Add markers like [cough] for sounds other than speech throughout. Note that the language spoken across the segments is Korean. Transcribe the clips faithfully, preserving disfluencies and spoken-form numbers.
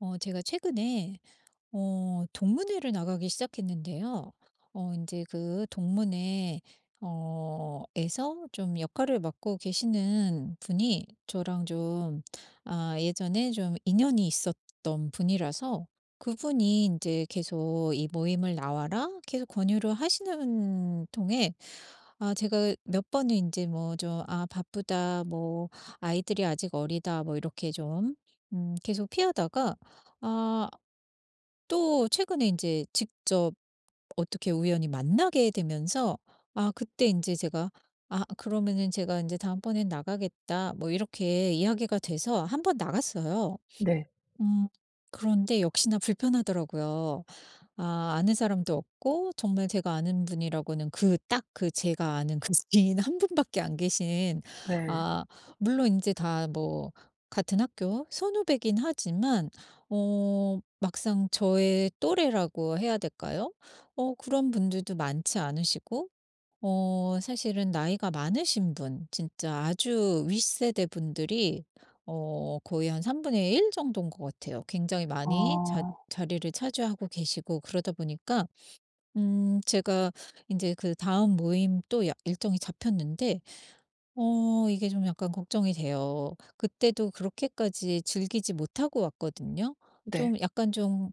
어, 제가 최근에 어 동문회를 나가기 시작했는데요. 어제그 동문회 어 에서 좀 역할을 맡고 계시는 분이 저랑 좀, 아 예전에 좀 인연이 있었던 분이라서 그분이 이제 계속 "이 모임을 나와라." 계속 권유를 하시는 통에, 아 제가 몇 번은 이제 뭐 좀 "아 바쁘다." 뭐 "아이들이 아직 어리다." 뭐 이렇게 좀 음 계속 피하다가, 아 또 최근에 인제 직접 어떻게 우연히 만나게 되면서, 아 그때 인제 제가 "아 그러면은 제가 인제 다음번엔 나가겠다." 뭐 이렇게 이야기가 돼서 한번 나갔어요. 네. 음. 그런데 역시나 불편하더라고요. 아 아는 사람도 없고, 정말 제가 아는 분이라고는 그 딱 그 제가 아는 그 [laughs] 지인 한 분밖에 안 계신. 네. 아, 물론 이제 다 뭐 같은 학교 선후배긴 하지만, 어 막상 저의 또래라고 해야 될까요? 어 그런 분들도 많지 않으시고, 어 사실은 나이가 많으신 분, 진짜 아주 윗세대 분들이 어 거의 한 삼분의 일 정도인 것 같아요. 굉장히 어 많이 자 자리를 차지하고 계시고 그러다 보니까, 음 제가 이제 그 다음 모임, 또 야- 일정이 잡혔는데, 어 이게 좀 약간 걱정이 돼요. 그때도 그렇게까지 즐기지 못하고 왔거든요. 네. 좀 약간 좀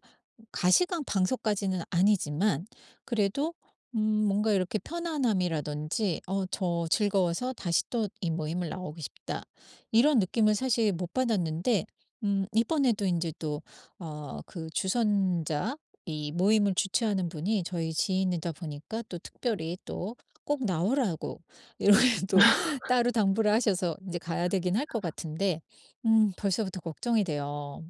가시광 방석까지는 아니지만 그래도, 음 뭔가 이렇게 편안함이라든지 '어 저 즐거워서 다시 또 이 모임을 나오고 싶다.' 이런 느낌을 사실 못 받았는데, 음 이번에도 이제 또 어 그 주선자, 이 모임을 주최하는 분이 저희 지인이다 보니까 또 특별히 또 꼭 나오라고 [laughs] 이렇게 또 [laughs] 따로 당부를 하셔서 이제 가야 되긴 할 것 같은데, 음 벌써부터 걱정이 돼요.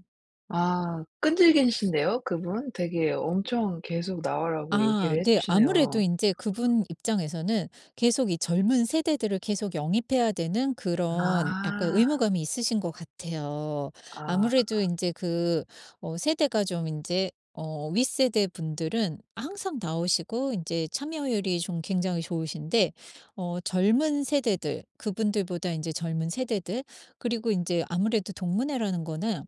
아, 끈질기신데요 그분? 되게 엄청 계속 나오라고 아, 얘기를 해 네. 아무래도 주시네요. 이제 그분 입장에서는 계속 이 젊은 세대들을 계속 영입해야 되는 그런 약간 아. 의무감이 있으신 것 같아요. 아. 아무래도 이제 그, 어 세대가 좀 이제, 어 윗세대 분들은 항상 나오시고 이제 참여율이 좀 굉장히 좋으신데, 어 젊은 세대들, 그분들보다 이제 젊은 세대들, 그리고 이제 아무래도 동문회라는 거는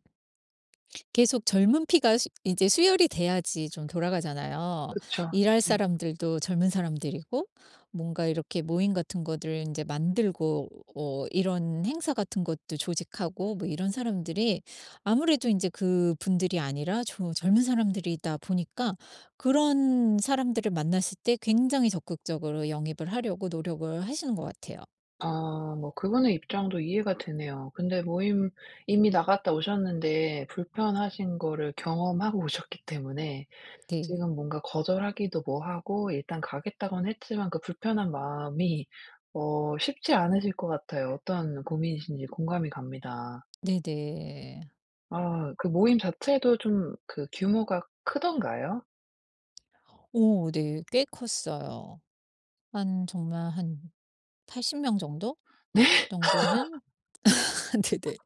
계속 젊은 피가 수 이제 수혈이 돼야지 좀 돌아가잖아요. 그쵸. 일할 네. 사람들도 젊은 사람들이고, 뭔가 이렇게 모임 같은 거를 이제 만들고 어 이런 행사 같은 것도 조직하고, 뭐 이런 사람들이 아무래도 이제 그분들이 아니라 좀 젊은 사람들이다 보니까, 그런 사람들을 만났을 때 굉장히 적극적으로 영입을 하려고 노력을 하시는 것 같아요. 아, 뭐 그분의 입장도 이해가 되네요. 근데 모임 이미 나갔다 오셨는데 불편하신 거를 경험하고 오셨기 때문에 네. 지금 뭔가 거절하기도 뭐하고 일단 가겠다고는 했지만 그 불편한 마음이 어 쉽지 않으실 것 같아요. 어떤 고민이신지 공감이 갑니다. 네네. 아, 그 모임 자체도 좀 그 규모가 크던가요? 오, 네. 꽤 컸어요. 한, 정말 한 팔십 명 정도? 네. [laughs] 정도는. [laughs] 네네.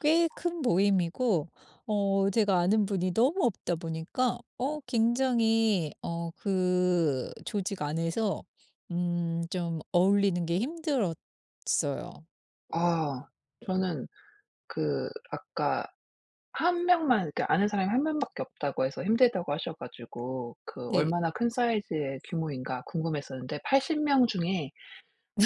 꽤 큰 모임이고, 어 제가 아는 분이 너무 없다 보니까 어 굉장히, 어 그 조직 안에서 음 좀 어울리는 게 힘들었어요. 아, 저는 그 아까 한 명만, 그러니까 아는 사람이 한 명밖에 없다고 해서 힘들다고 하셔 가지고 그 네. '얼마나 큰 사이즈의 규모인가.' 궁금했었는데 팔십 명 중에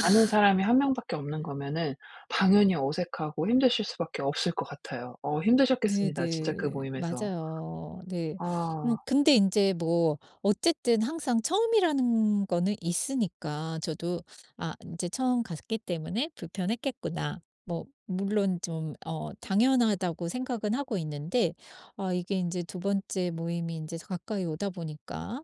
아는 사람이 한 명밖에 없는 거면은 당연히 어색하고 힘드실 수밖에 없을 것 같아요. 어 힘드셨겠습니다, 진짜 그 네네. 모임에서. 맞아요. 네. 음 아 근데 인제 뭐 어쨌든 항상 처음이라는 거는 있으니까, 저도 '아 인제 처음 갔기 때문에 불편했겠구나.' 뭐 물론 좀 어 당연하다고 생각은 하고 있는데, 아 이게 인제 두 번째 모임이 인제 가까이 오다 보니까,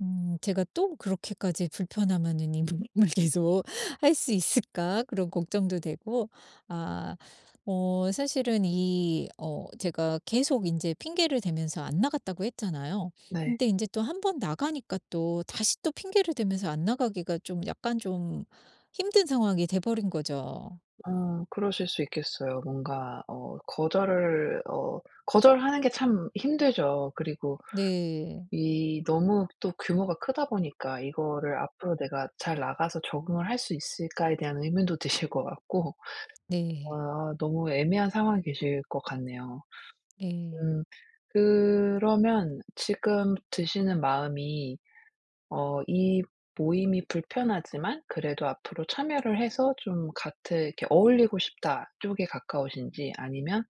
음 제가 '또 그렇게까지 불편하면은 이모을 계속 [laughs] 할 수 있을까?' 그런 걱정도 되고, 아 어 사실은 이 어 제가 계속 이제 핑계를 대면서 안 나갔다고 했잖아요. 네. 근데 이제 또 한 번 나가니까 또 다시 또 핑계를 대면서 안 나가기가 좀 약간 좀 힘든 상황이 돼 버린 거죠. 어, 그러실 수 있겠어요. 뭔가 어 거절을, 어 거절하는 게 참 힘들죠. 그리고 네. 이 너무 또 규모가 크다 보니까 이거를 '앞으로 내가 잘 나가서 적응을 할 수 있을까.'에 대한 의문도 [laughs] 드실 것 같고 어, 네. 아, 너무 애매한 상황이 계실 것 같네요. 네. 음, 그러면 지금 드시는 마음이 어 이 모임이 불편하지만 그래도 앞으로 참여를 해서 좀 같은 이렇게 어울리고 싶다 쪽에 가까우신지 아니면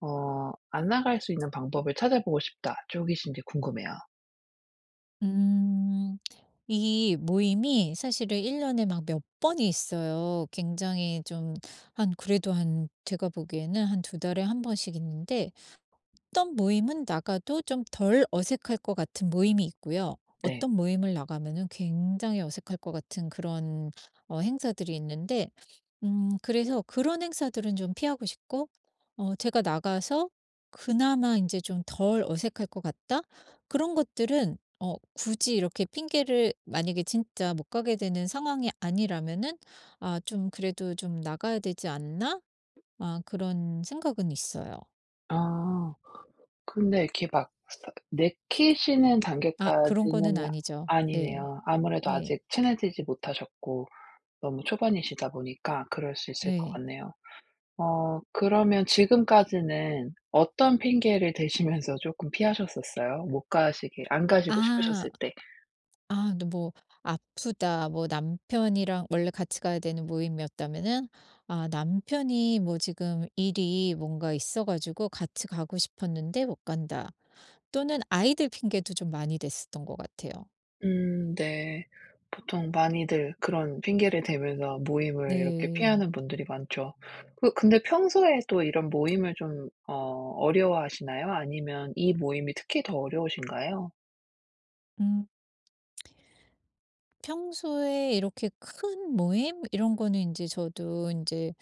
어 안 나갈 수 있는 방법을 찾아보고 싶다 쪽이신지 궁금해요. 음. 이 모임이 사실은 1 년에 막 몇 번이 있어요. 굉장히 좀, 한 그래도 한 제가 보기에는 한 두 달에 한 번씩 있는데, 어떤 모임은 나가도 좀 덜 어색할 것 같은 모임이 있고요. 네. 어떤 모임을 나가면은 굉장히 어색할 것 같은 그런 어 행사들이 있는데, 음 그래서 그런 행사들은 좀 피하고 싶고, 어 제가 나가서 그나마 이제 좀 덜 어색할 것 같다? 그런 것들은 어 굳이 이렇게 핑계를, 만약에 진짜 못 가게 되는 상황이 아니라면은 '아 좀 그래도 좀 나가야 되지 않나?' 아 그런 생각은 있어요. 아, 근데 이렇게 막 사 내키시는 아, 그런 거는 단계까지는 아니죠. 네. 아니네요. 아무래도 네. 아직 친해지지 못하셨고 너무 초반이시다 보니까 그럴 수 있을 것 네. 같네요. 어 그러면 지금까지는 어떤 핑계를 대시면서 조금 피하셨었어요? 못 가시게, 안 가시고 아. 싶으셨을 때? 아 근데 뭐 아프다, 뭐 남편이랑 원래 같이 가야 되는 모임이었다면은, 아 남편이 뭐 지금 일이 뭔가 있어 가지고 같이 가고 싶었는데 못 간다. 또는 아이들 핑계도 좀 많이 됐었던 것 같아요. 음, 네. 보통 많이들 그런 핑계를 대면서 모임을 이렇게 네. 피하는 분들이 많죠. 그 근데 평소에 또 이런 모임을 좀 어 어려워하시나요? 아니면 이 모임이 특히 더 어려우신가요? 음. 평소에 이렇게 큰 모임 이런 거는 이제 저도 이제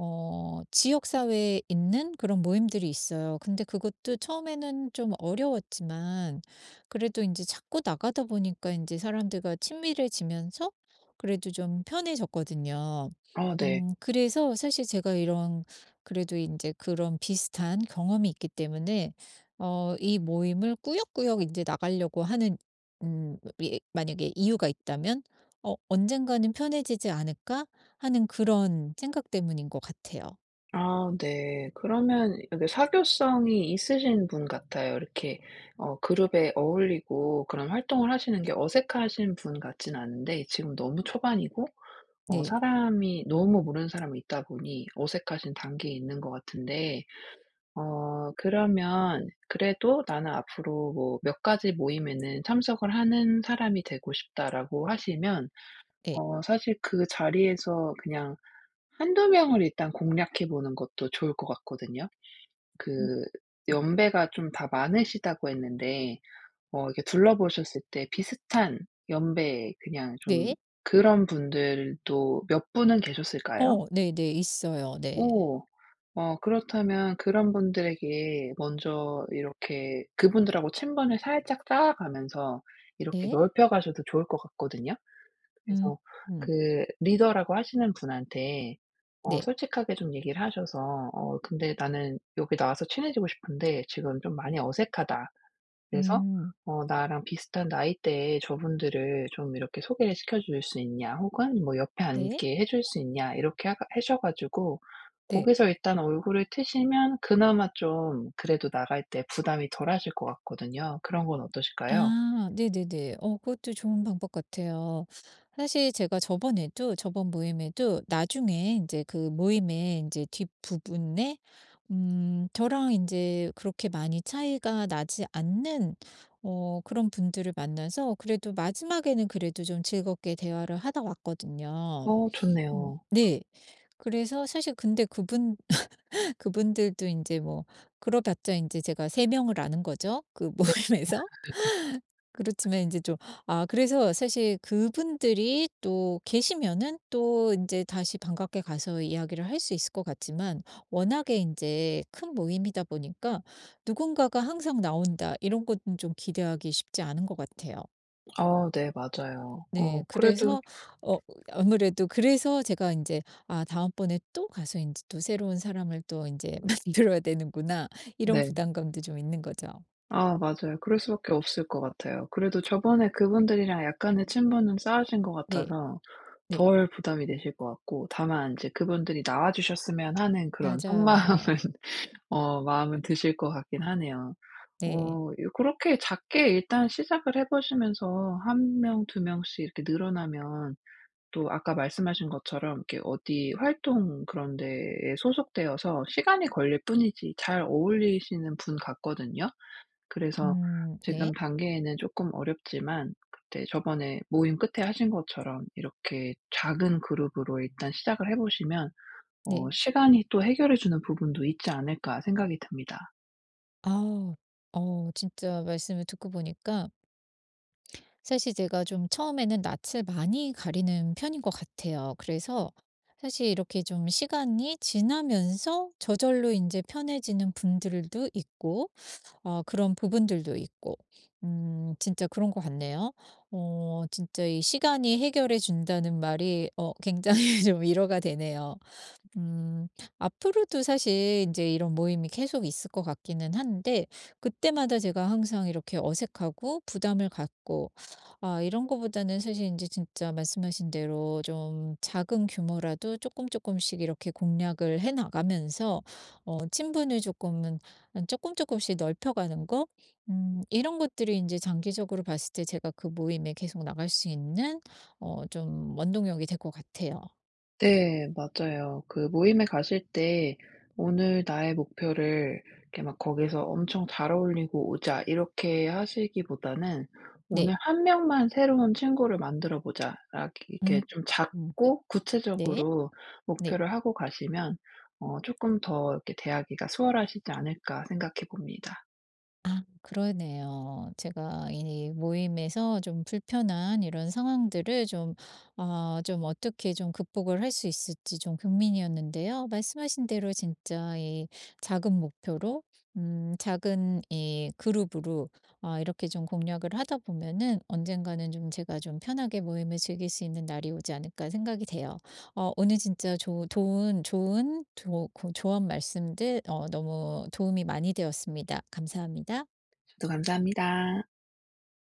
어 지역 사회에 있는 그런 모임들이 있어요. 근데 그것도 처음에는 좀 어려웠지만, 그래도 이제 자꾸 나가다 보니까 이제 사람들과 친밀해지면서 그래도 좀 편해졌거든요. 아 네. 음 그래서 사실 제가 이런, 그래도 이제 그런 비슷한 경험이 있기 때문에 어 이 모임을 꾸역꾸역 이제 나가려고 하는 음 이- 만약에 이유가 있다면 '어 언젠가는 편해지지 않을까?' 하는 그런 생각 때문인 것 같아요. 아 네. 그러면 여기 사교성이 있으신 분 같아요. 이렇게 어 그룹에 어울리고 그런 활동을 하시는 게 어색하신 분 같진 않은데 지금 너무 초반이고 어 네. 사람이 너무 모르는 사람이 있다 보니 어색하신 단계에 있는 것 같은데 어 그러면 그래도 '나는 앞으로 뭐 몇 가지 모임에는 참석을 하는 사람이 되고 싶다.'라고 하시면 네. 어 사실 그 자리에서 그냥 한두 명을 일단 공략해 보는 것도 좋을 것 같거든요. 음. 그 음. 연배가 좀 다 많으시다고 했는데 어 이렇게 둘러보셨을 때 비슷한 연배, 그냥 좀 네. 그런 분들도 몇 분은 계셨을까요? 어 네네. 있어요. 네. 오. 어, 그렇다면 그런 분들에게 먼저 이렇게 그분들하고 친분을 살짝 쌓아가면서 이렇게 네. 넓혀 가셔도 좋을 것 같거든요. 음. 그래서 음. 그 리더라고 하시는 분한테 어 네. 솔직하게 좀 얘기를 하셔서 "어 근데 나는 여기 나와서 친해지고 싶은데 지금 좀 많이 어색하다." 그래서 음. 어 나랑 비슷한 나이대의 저분들을 좀 이렇게 소개를 시켜 줄 수 있냐 혹은 뭐 옆에 네. 앉게 해줄 수 있냐 이렇게 하 하셔 가지고 네. 거기서 일단 얼굴을 트시면 그나마 좀 그래도 나갈 때 부담이 덜하실 것 같거든요. 그런 건 어떠실까요? 아, 네네네. 어 그것도 좋은 방법 같아요. 사실 제가 저번에도, 저번 모임에도 나중에 이제 그 모임의 이제 뒷부분에 음 저랑 이제 그렇게 많이 차이가 나지 않는 어 그런 분들을 만나서 그래도 마지막에는 그래도 좀 즐겁게 대화를 하다 왔거든요. 어, 음. 좋네요. 네. 그래서 사실 근데 그분 [laughs] 그분들도 이제 뭐 그러봤자 이제 제가 세 명을 아는 거죠, 그 네. 모임에서. [laughs] 그렇지만 이제 좀, 아 그래서 사실 그분들이 또 계시면은 또 이제 다시 반갑게 가서 이야기를 할 수 있을 것 같지만, 워낙에 이제 큰 모임이다 보니까 '누군가가 항상 나온다.' 이런 것은 좀 기대하기 쉽지 않은 것 같아요. 아 네, 맞아요. 어, 네. 그래도 그래서, 어 아무래도 그래서 제가 이제 '아 다음번에 또 가서 이제 또 새로운 사람을 또 이제 [laughs] 만들어야 되는구나.' 이런 네. 부담감도 좀 있는 거죠. 아, 맞아요. 그럴 수밖에 없을 것 같아요. 그래도 저번에 그분들이랑 약간의 친분은 쌓으신 것 네. 같아서 네. 덜 부담이 되실 것 같고, 다만 이제 그분들이 나와 주셨으면 하는 그런 속마음은 맞아요. [laughs] 어 마음은 드실 것 같긴 하네요. 네. 어 요 그렇게 작게 일단 시작을 해 보시면서 한 명, 두 명씩 이렇게 늘어나면 또 아까 말씀하신 것처럼 이렇게 어디 활동 그런 데에 소속되어서 시간이 걸릴 뿐이지 잘 어울리시는 분 같거든요. 그래서 음. 지금 네. 단계에는 조금 어렵지만 그때 저번에 모임 끝에 하신 것처럼 이렇게 작은 그룹으로 일단 시작을 해 보시면 어 네. '시간이 또 해결해 주는 부분도 있지 않을까.' 생각이 듭니다. 아우. 어 진짜 말씀을 듣고 보니까 사실 제가 좀 처음에는 낯을 많이 가리는 편인 것 같아요. 그래서 사실 이렇게 좀 시간이 지나면서 저절로 이제 편해지는 분들도 있고, 어 그런 부분들도 있고. 음 진짜 그런 것 같네요. 어 진짜 이 시간이 해결해 준다는 말이 어 굉장히 [laughs] 좀 위로가 되네요. 음. 앞으로도 사실 이제 이런 모임이 계속 있을 것 같기는 한데, 그때마다 제가 항상 이렇게 어색하고 부담을 갖고, 아 이런 거보다는 사실 이제 진짜 말씀하신 대로 좀 작은 규모라도 조금 조금씩 이렇게 공략을 해 나가면서, 어 친분을 조금은 조금 조금씩 넓혀가는 거, 음 이런 것들이 이제 장기적으로 봤을 때 제가 그 모임에 계속 나갈 수 있는 어 좀 원동력이 될 것 같아요. 네. 맞아요. 그 모임에 가실 때 "오늘 나의 목표를 이렇게 막 거기서 엄청 잘 어울리고 오자." 이렇게 하시기보다는 네. "오늘 한 명만 새로운 친구를 만들어 보자." 라, 이렇게 음. 좀 음. 작고 네. 구체적으로 네. 목표를 하고 가시면 어 조금 더 이렇게 대하기가 수월하시지 않을까.' 생각해 봅니다. 아, 그러네요. 제가 이 모임에서 좀 불편한 이런 상황들을 좀, 아 좀 어떻게 좀 극복을 할 수 있을지 좀 고민이었는데요. 말씀하신 대로 진짜 이 작은 목표로, 음 작은 이 그룹으로, 아 이렇게 좀 공략을 하다 보면은 언젠가는 좀 제가 좀 편하게 모임을 즐길 수 있는 날이 오지 않을까 생각이 돼요. 어 오늘 진짜 조 좋은 좋은 조 고 조언 말씀들 어 너무 도움이 많이 되었습니다. 감사합니다. 저도 감사합니다.